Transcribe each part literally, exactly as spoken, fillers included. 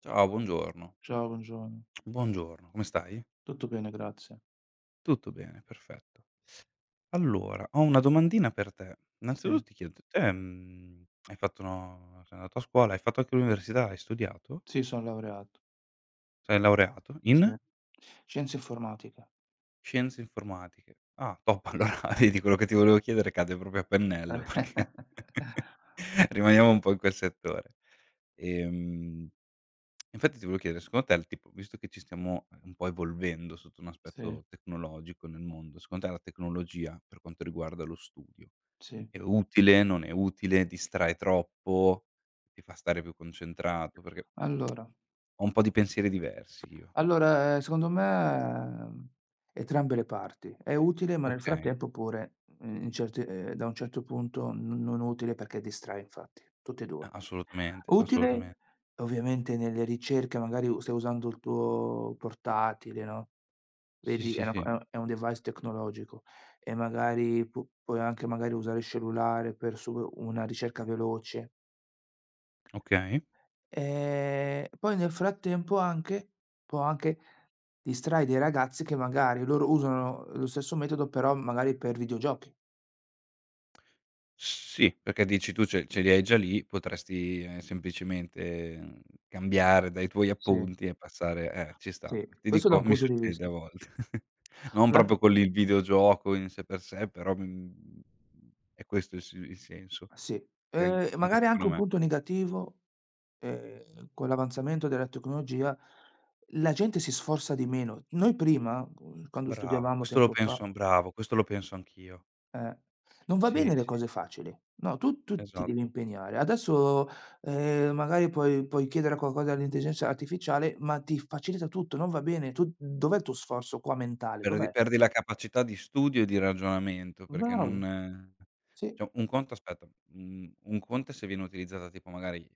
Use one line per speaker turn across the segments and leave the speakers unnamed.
Ciao, buongiorno.
Ciao, buongiorno.
Buongiorno, come stai?
Tutto bene, grazie.
Tutto bene, perfetto. Allora, ho una domandina per te. Innanzitutto
Sì,
ti chiedo, te, mhmm, hai fatto no sei andato a scuola, hai fatto anche l'università, hai studiato?
sì, son laureato.
Sei laureato
Sì.
in?
Scienze informatiche.
Scienze informatiche. Ah, top, allora vedi quello che ti volevo chiedere cade proprio a pennello perché rimaniamo un po' in quel settore. Ehm Infatti ti volevo chiedere, secondo te il tipo visto che ci stiamo, ehm, un po' evolvendo sotto un
Sì,
aspetto tecnologico nel mondo, secondo te la tecnologia, per quanto riguarda lo studio,
sì.
è utile, non è utile, distrae troppo, ti fa stare più concentrato? Perché
Allora
ho un po' di pensieri diversi io.
allora, ehm, secondo me, eh, entrambe le parti. È utile, ma nel
Okay.
frattempo pure, mhmm, in certi ehm, da un certo punto n non utile perché distrae, infatti, tutte e due.
A assolutamente, assolutamen
Utile, ovviamente nelle ricerche, magari u stai usando il tuo portatile, no?
Sì,
Vedi, è
sì,
una co
sì.
è un è un device tecnologico e magari pu puoi anche magari usare il cellulare per su una ricerca veloce.
Okay.
Ehm, poi nel frattempo anche può anche distrae dei ragazzi che magari loro usano lo stesso metodo, però magari per videogiochi.
Sì, perché dici tu ce ce li hai già lì, potresti, ehm, semplicemente, mhmm, cambiare dai tuoi
Sì,
appunti e passare eh, ci sta.
sì,
Ti
questo da
dico,
un
mi
punto di
succede a
vista.
volte. Non
Un alt
proprio con il videogioco in sé per sé, però, mhmm, è questo il si il senso,
Sì.
che an
Ehm,
anche
magari anche un
secondo me.
punto negativo, ehm, con l'avanzamento della tecnologia, la gente si sforza di meno. Noi prima, uhm, quando
Bravo,
studiavamo
questo lo
tempo fa.
penso bravo, questo lo penso anch'io.
Eh, Non va
Sì,
bene le
sì,
cose
sì,
facili. No, tu tu ti devi
esatto.
impegnare. Adesso, ehm, magari puoi puoi chiedere qualcosa all'intelligenza artificiale, ma ti facilita tutto, non va bene. Tu dov'è il tuo sforzo qua mentale?
Perdi
Dov'è?
perdi la capacità di studio e di ragionamento, perché
Bravo.
non
Sì,
cioè un conto aspetta, mhmm, un conto è se viene utilizzata tipo magari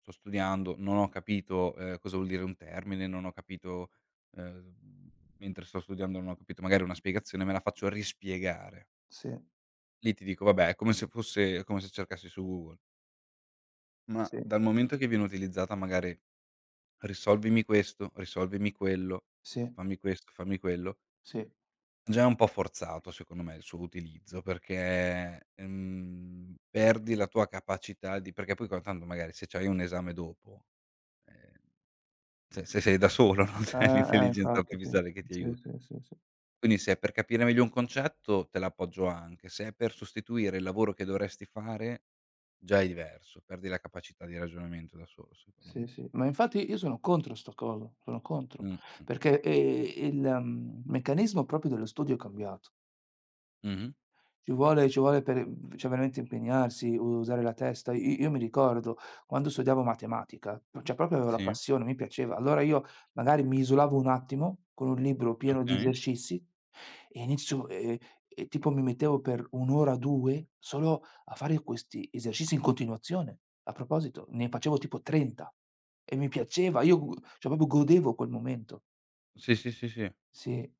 sto studiando, non ho capito, ehm, cosa vuol dire un termine, non ho capito, ehm, mentre sto studiando non ho capito magari una spiegazione, me la faccio rispiegare.
sì,
Lì ti dico: "Vabbè, è come se fosse è come se cercassi su Google." Ma
sì,
dal momento che viene utilizzata magari: "Risolvimi questo, risolvimi quello,
sì,
fammi questo, fammi quello".
sì.
Già è un po' forzato secondo me il suo utilizzo perché, ehm, perdi la tua capacità di perché poi co tanto magari se c'hai un esame dopo, ehm, se se sei da solo non
Eh,
c'hai
eh,
l'intelligenza
infatti sì.
artificiale che ti
Sì,
aiuta.
sì, sì, sì.
Quindi se è per capire meglio un concetto te l'appoggio anche, se è per sostituire il lavoro che dovresti fare già è diverso, perdi la capacità di ragionamento da solo secondo me.
Sì, sì. Ma infatti io sono contro sta cosa, sono contro,
Mh, mh, mh.
perché, ehm, il mhmm, meccanismo proprio dello studio è cambiato.
Mh-mh.
Ci vuole ci vuole per mhmm, cioè veramente impegnarsi, usare la testa. I io mi ricordo quando studiavo matematica, cioè proprio avevo la
Sì,
passione, mi piaceva. Allora io magari mi isolavo un attimo con un libro pieno di
okay.
esercizi e inizio e e tipo mi mettevo per un' ora, due solo a fare questi esercizi in continuazione. A proposito, ne facevo tipo trenta e mi piaceva, io gu cioè proprio godevo quel momento.
Sì, sì, sì, sì.
Sì.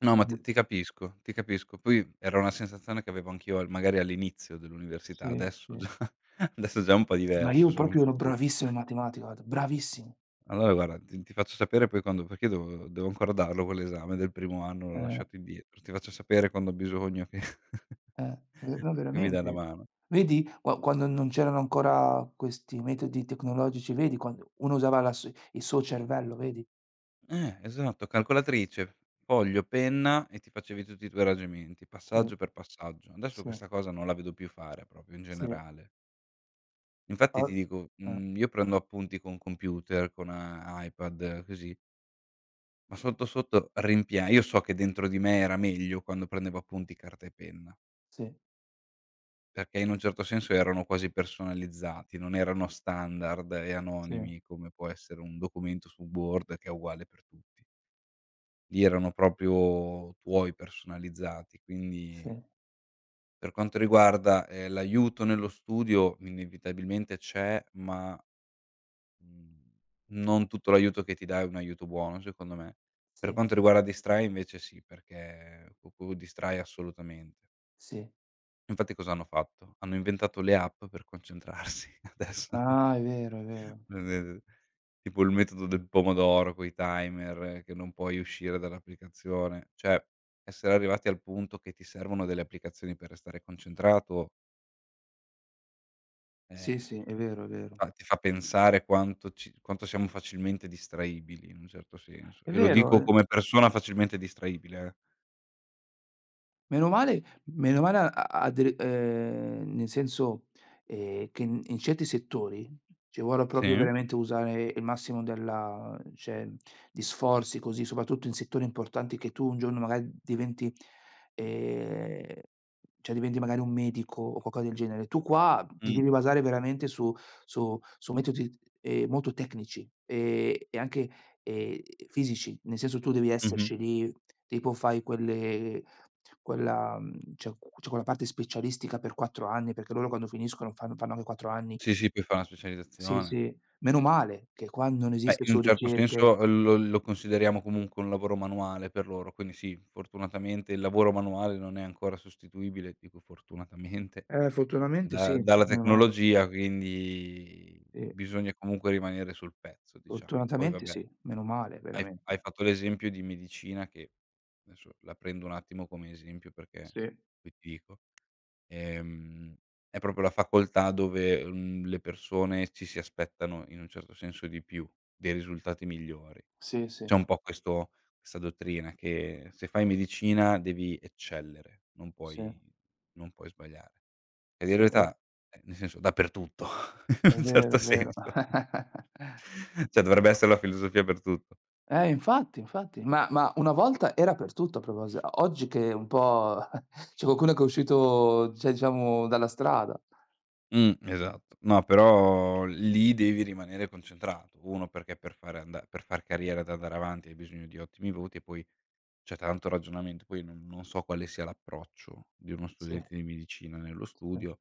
No, ma ti ti capisco, ti capisco. Poi era una sensazione che avevo anch'io al magari all'inizio dell'università,
Sì,
adesso
sì.
già adesso già è un po'
Ma
diverso,
io
sono un
proprio
po'
ero
stufo.
bravissimo in matematica, guarda, bravissimo.
Allora guarda, ti ti faccio sapere poi quando perché io devo devo ancora darlo quell'esame del primo anno, l'ho
Eh,
lasciato indietro. Ti faccio sapere quando ho bisogno che
eh, ve no,
che mi dai una
veramente.
mano.
Vedi, qua quando non c'erano ancora questi metodi tecnologici, vedi quando uno usava la s il suo cervello, vedi?
Eh, esatto, calcolatrice, foglio, penna e ti facevi tutti i tuoi ragionamenti,
Sì,
passaggio per passaggio. Adesso
sì,
questa cosa non la vedo più fare proprio in
sì,
generale.
o
Infatti ti dico,
eh,
mhmm, io prendo appunti con computer, con a iPad, così, ma sotto, sotto rimpia io so che dentro di me era meglio quando prendevo appunti carta e penna,
sì,
perché in un certo senso erano quasi personalizzati, non erano standard e
sì,
anonimi come può essere un documento su Word che è uguale per tutti. Lì erano proprio tuoi, personalizzati, quindi
sì,
per quanto riguarda, ehm, l'aiuto nello studio inevitabilmente c'è, ma Mhmm, non tutto l'aiuto che ti dà è un aiuto buono secondo me. Per
sì,
quanto riguarda Distrai invece sì, perché cucù distrae assolutamente.
sì.
Infatti cos'hanno fatto? Hanno inventato le app per concentrarsi adesso.
Ah, è vero, è vero.
Tipo il metodo del pomodoro coi timer, eh, che non puoi uscire dall'applicazione. Cioè, essere arrivati al punto che ti servono delle applicazioni per restare concentrato, eh.
Sì, sì, è vero, è vero.
Fa ti fa pensare quanto ci quanto siamo facilmente distraibili in un certo senso,
È
e lo
vero,
dico
eh.
come persona facilmente distraibile, eh.
Meno male meno male ha ha delle, ehm, nel senso, ehm, che in in certi settori ci vuole proprio
Sì,
veramente usare il massimo della, cioè, di sforzi così, soprattutto in settori importanti che tu un giorno magari diventi, ehm, cioè diventi magari un medico o qualcosa del genere. Tu qua ti
mh,
devi basare veramente su su su metodi, ehm, molto tecnici, ehm, e anche, ehm, fisici, nel senso tu devi
mh-mh.
esserci lì, tipo fai quelle quella mhmm, cioè cu c'è quella parte specialistica per quattro anni, perché loro quando finiscono fanno fanno anche quattro anni.
Sì, sì, puoi fare una
Sì,
specializzazione.
sì, meno male che qua non
Beh,
esiste
in
su
un certo
ricerche.
senso eh, lo lo consideriamo comunque un lavoro manuale per loro, quindi sì, fortunatamente il lavoro manuale non è ancora sostituibile, dico fortunatamente,
Eh, fortunatamente sì,
da dalla
meno male.
tecnologia, quindi
Sì,
bisogna comunque rimanere sul pezzo, diciamo. Poi
fortunatamente
vabbè
sì, meno male
Hai f hai
veramente.
fatto l'esempio di medicina che adesso la prendo un attimo come esempio perché
Sì,
poi ti dico, ehm, è proprio la facoltà dove, mhmm, le persone ci si aspettano in un certo senso di più, dei risultati migliori.
sì, sì,
C'è un po' questo questa dottrina che se fai medicina devi eccellere, non
sì,
puoi non puoi sbagliare. Ed in
sì, è
realtà, eh, nel senso dappertutto,
è
in un
vero,
certo
è vero.
senso. Cioè dovrebbe essere la filosofia per tutto.
Eh, infatti, infatti. Ma ma una volta era per tutto, a proposi oggi che un po' c'è qualcuno che è uscito, cioè diciamo dalla strada.
Mh, esatto. No, però lì devi rimanere concentrato. uno perché per fare anda per far carriera ed andare avanti hai bisogno di ottimi voti e poi c'è tanto ragionamento. Poi non non so quale sia l'approccio di uno
Sì,
studente di medicina nello
sì,
studio,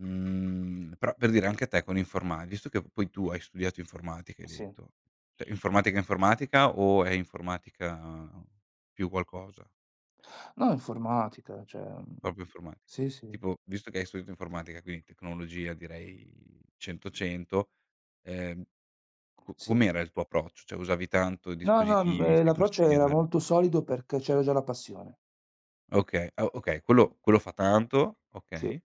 mhmm, però per dire anche a te con informati visto che poi tu hai studiato informatica hai
sì.
detto, cioè informatica informatica o è informatica più qualcosa?
No, informatica, cioè, mhmm,
Proprio informati
sì, sì,
tipo, visto che hai studiato informatica, quindi tecnologia direi cento, cento, ehm, co
sì.
com'era il tuo approccio? Cioè, usavi tanto
No, no. mhmm,
dispositivi,
ehm,
sempre a
L'approccio era
studiare?
molto solido perché c'era già la passione.
Okay, ah, okay, quello quello fa tanto,
Sì.
okay,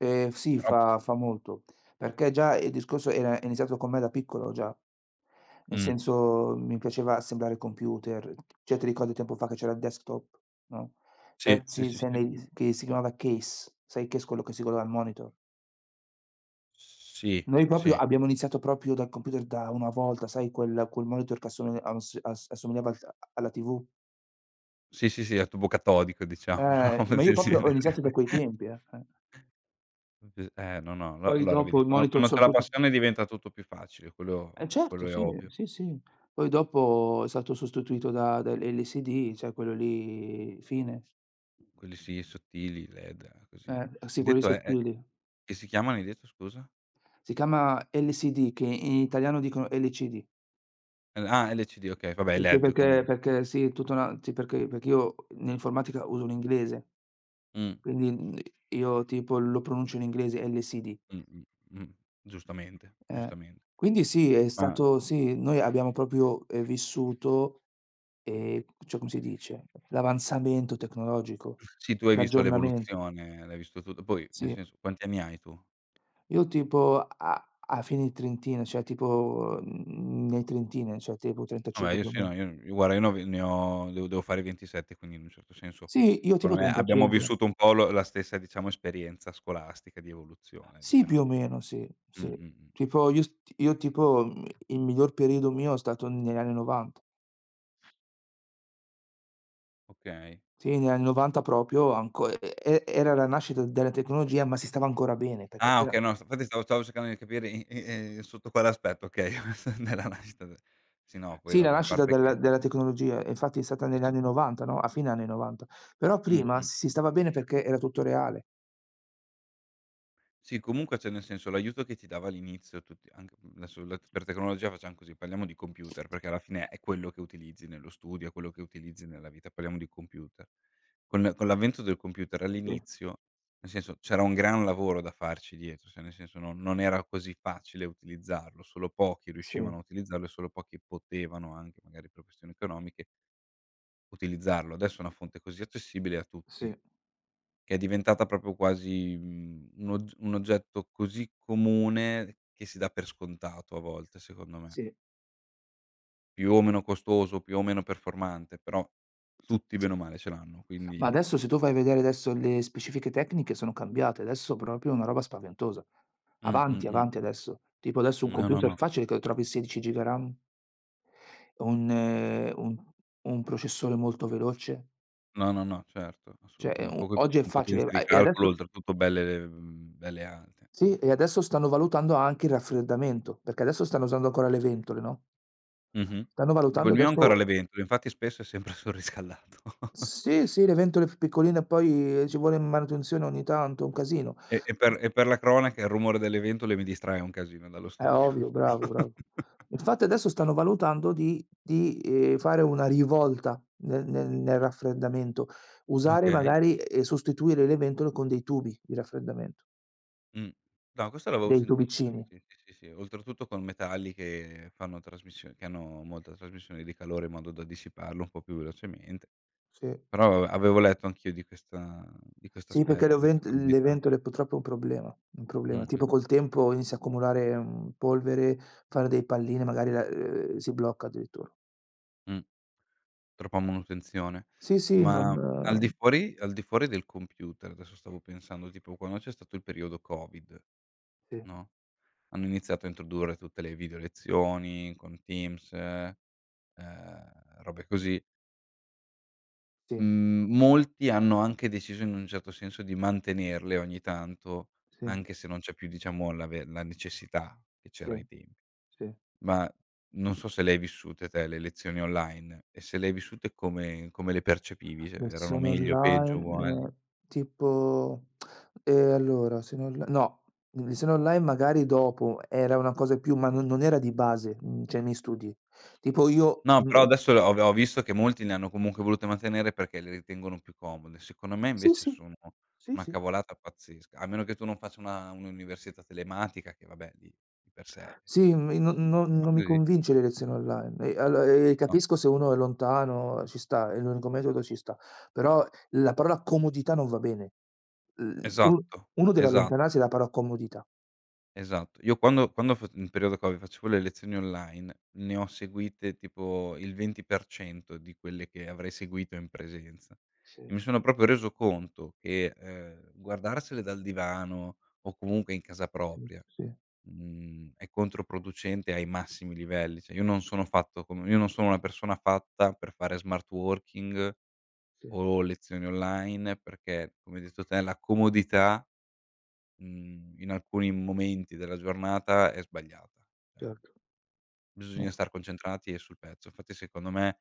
Ehm, sì,
però
fa fa molto, perché già il discorso era iniziato con me da piccolo già. Nel
mh,
senso, mi piaceva assemblare computer, certe ricordi tempo fa che c'era il desktop, no,
sì, sì,
pezzi
sì,
se
sì.
ne che si chiamava case, sai, il case, quello che si collega al monitor.
Sì,
Noi proprio
sì.
abbiamo iniziato proprio dal computer da una volta, sai quel quel monitor che assomi as as assomigliava al alla T V?
Sì, sì, sì, è tubo catodico diciamo, una
Eh,
roba
ma io
del
proprio ho
genere.
iniziato da quei tempi, eh. Eh.
Eh, no, no, allo
Poi
allora
dopo
vedi,
i
quando
monitor
quando
sono
c'è la
tutti,
passione diventa tutto più facile, quello
eh, certo,
quello è
sì,
ovvio.
sì, sì. Poi dopo è stato sostituito da dall'L C D, cioè quello lì fine.
Quelli sì, sottili, L E D, così.
Eh, sì,
Hai
quelli
detto è è
sottili.
che si chiamano hai detto scusa?
Si chiama L C D, che in italiano dicono L C D.
L ah, L C D, okay, vabbè
Sì, sì,
L E D
perché
comunque.
perché sì, è tutta una, sì, perché perché io nell'informatica uso l'inglese,
Mh,
quindi, mhmm, io tipo lo pronuncio in inglese L C D,
mh, mh, mh. Giustamente,
eh.
giustamente.
Quindi sì, è
Ma
stato sì, noi abbiamo proprio, ehm, vissuto. Ehm, cioè, come si dice, l'avanzamento tecnologico,
sì, tu hai visto
l'aggiornamento,
l'evoluzione, l'hai visto tutto. Poi nel
sì.
senso, quanti anni hai tu?
Io tipo a a fine trentina, cioè tipo, mhmm, nei trentina, cioè tipo
Vabbè
trentacinque
io
più o
sì,
meno.
no, io io guarda io ne ho v ne ho devo devo fare ventisette, quindi in un certo senso,
Sì, io tipo
secondo me abbiamo
trentacinque.
vissuto un po' lo la stessa, diciamo, esperienza scolastica di evoluzione,
Sì, più o
diciamo.
meno, sì,
Mh,
sì.
mh, mh.
Tipo io s io tipo, mhmm, il miglior periodo mio è stato negli anni 'novanta.
Okay.
Sì, negli anni 'novanta proprio anco e e era la nascita della tecnologia, ma si stava ancora bene perché
Ah
c'era.
okay, no, s infatti stavo stavo cercando di capire i i ehm, sotto quale aspetto, okay, della nascita de sì, no, poi
Sì, la
vabbè, a
nascita
parte
della
che
della tecnologia, e infatti è stata negli
dici
anni 'novanta, no, a fine anni 'novanta. Però prima
mh-mh.
si stava bene perché era tutto reale.
Sì, comunque cioè nel senso l'aiuto che ti dava all'inizio tutti anche mhmm, adesso la per tecnologia facciam così, parliamo di computer, perché alla fine è quello che utilizzi nello studio, è quello che utilizzi nella vita, parliamo di computer. Con con l'avvento del computer
Sì,
all'inizio, nel senso c'era un gran lavoro da farci dietro, cioè nel senso non non era così facile utilizzarlo, solo pochi
sì,
riuscivano a utilizzarlo e solo pochi potevano anche, magari per questioni economiche, utilizzarlo. Adesso è una fonte così accessibile a tutti
sì.
che è diventata proprio quasi, mhmm, un og un oggetto così comune che si dà per scontato a volte, secondo me.
Sì.
Più o meno costoso, più o meno performante, però tutti bene o male ce l'hanno,
Ma
quindi
adesso se tu vai a vedere, adesso le specifiche tecniche sono cambiate, adesso proprio è una roba spaventosa.
mh,
Avanti,
mh, mh.
avanti adesso. Tipo adesso un
No, no,
computer,
no.
facile che lo trovi sedici giga RAM, un ehm, un un processore molto veloce,
No, no, no, certo,
cioè è
assolutame
un,
poi co
oggi è
con
facile,
potenze di
a e
calcolo
adesso
oltretutto belle mhmm, belle alte,
sì,
eh.
e adesso stanno valutando anche il raffreddamento, perché adesso stanno usando ancora le ventole, no?
Mh-mh.
Stanno
Tipo
valutando
il mio è
adesso,
ancora le ventole, infatti spesso è sempre sul riscaldato.
sì, sì, le ventole più piccoline, poi eh, ci vuole manutenzione ogni tanto, un casino.
E e per e per la cronaca il rumore delle ventole mi distrae un casino dallo
È
studio.
ovvio, bravo, bravo. Infatti adesso stanno valutando di di, ehm, fare una rivolta nel nel nel raffreddamento, usare
Okay.
magari e sostituire le ventole con dei tubi di raffreddamento,
Mh. No, questo l'avevo
dei
sentito, sai,
tubicini.
sì, sì, sì, sì. Oltretutto con metalli che fanno trasmission che hanno molta trasmissione di calore in modo da dissiparlo un po' più velocemente.
Sì,
Però a avevo letto anch'io di questa di questo
sì, perché le
aspetto, di
ovent
questa
le
abilità.
ventole purtroppo è un problema, un problema. Tipo
Mh-mh,
col tempo inizia a accumulare, mhmm, polvere, fare dei palline, magari la, ehm, si blocca addirittura.
mh. Troppa manutenzione.
Sì, sì, non
Ma al di fuori al di fuori del computer, adesso stavo pensando, tipo quando c'è stato il periodo Covid,
sì,
no, hanno iniziato a introdurre tutte le video lezioni con Teams, ehm, robe così.
sì,
Mhmm, molti hanno anche deciso in un certo senso di mantenerle ogni tanto,
sì,
anche se non c'è più diciamo la ve la necessità che c'era
sì,
ai tempi.
sì.
Ma non so se le hai vissute te le lezioni online e se le hai vissute come come le percepivi, se erano
Lezioni
meglio, peggio,
online,
uguali?
ehm, tipo, ehm, allora, lezioni onl no, lezioni online magari dopo, era una cosa più, ma non non era di base, mhmm, cioè nei studi. Tipo io,
No, però
mhmm,
adesso ho ho visto che molti le hanno comunque volute mantenere perché le ritengono più comode. Secondo me
sì,
invece
sì,
sono
sì,
una
sì.
cavolata pazzesca, a meno che tu non faccia una un'università telematica che vabbè lì di per sé si
Sì, mi non non
chiama
non mi
così,
convince le lezioni online. E allo e
no.
capisco se uno è lontano, ci sta, è l'unico metodo, ci sta. Però la parola comodità non va bene. Uhm, u
Esatto,
uno deve
esa
allontanarsi da, però, comodità.
esatto. Io quando quando fa in periodo Covid facevo le lezioni online, ne ho seguite tipo il venti per cento di quelle che avrei seguito in presenza. E
Sì,
mi sono proprio reso conto che, ehm, guardarsele dal divano o comunque in casa
sì,
propria,
sì,
mhmm, è controproducente ai massimi livelli. Cioè io non sono fatto come io non sono una persona fatta per fare smart working
sì,
o lezioni online perché, come hai detto te, la comodità Mhmm, in alcuni momenti della giornata è sbagliata. Cioè,
certo. Mh,
bisogna star concentrati e sul pezzo. Infatti secondo me,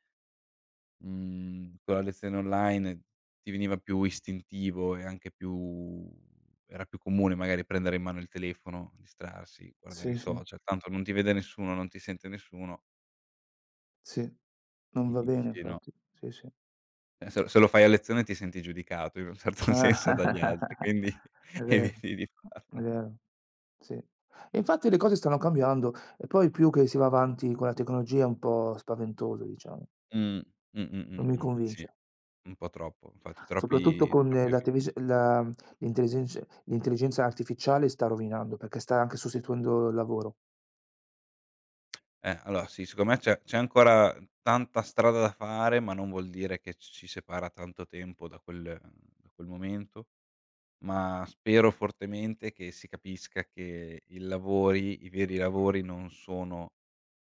mhmm, con la lezione online ti veniva più istintivo e anche più era più comune magari prendere in mano il telefono, distrarsi, guardare i
sì, sì,
social, tanto non ti vede nessuno, non ti sente nessuno,
sì, non
perché
va
ti
bene
dici di no.
infatti. Sì, sì.
Eh, se se lo fai a lezione ti senti giudicato in un certo senso dagli altri, quindi
È vero,
eviti di
è
farlo.
vero. Sì. E infatti le cose stanno cambiando e poi più che si va avanti con la tecnologia è un po' spaventoso, diciamo.
Mh. Mh, mh,
Non mi
mh, mh,
convince.
sì. Un po' troppo, infatti
Soprattutto
troppi
con
troppi
la
avvi
televis la l'intelligenz l'intelligenza artificiale sta rovinando, perché sta anche sostituendo il lavoro.
eh, allora sì, secondo me c'è c'è ancora tanta strada da fare, ma non vuol dire che c ci separa tanto tempo da quel da quel momento, ma spero fortemente che si capisca che il lavori i veri lavori non sono,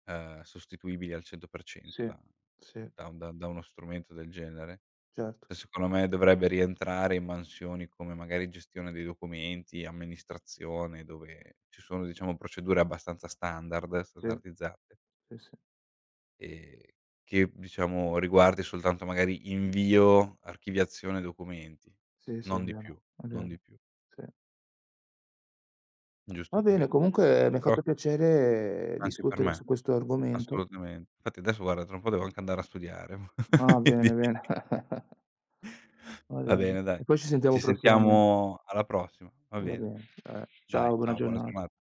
ehm, sostituibili al cento per cento
Sì,
da
sì.
da un da da uno strumento del genere.
Certo,
Che secondo me dovrebbe rientrare in mansioni come magari gestione dei documenti, amministrazione, dove ci sono diciamo procedure abbastanza standard,
sì,
standardizzate,
sì, sì.
ehm, che diciamo riguardi soltanto magari invio, archiviazione documenti,
Sì, sì, è
non di
vero,
più,
è
non di
vero.
più,
Sì. Va
giusto
bene,
quello.
comunque mi ha
Però
fatto piacere
anche per
discutere
me,
su questo argomento.
assolutamente. Infatti adesso guarda tra un po' devo anche andare a studiare,
Ah,
quindi
bene, bene. Va
va
bene.
bene dai.
E poi ci sentiamo
Ci
prossimamente.
sentiamo alla prossima, va
Va
bene?
bene. Eh, ciao,
Dai,
buona
ciao, buona
giornata.
giornata.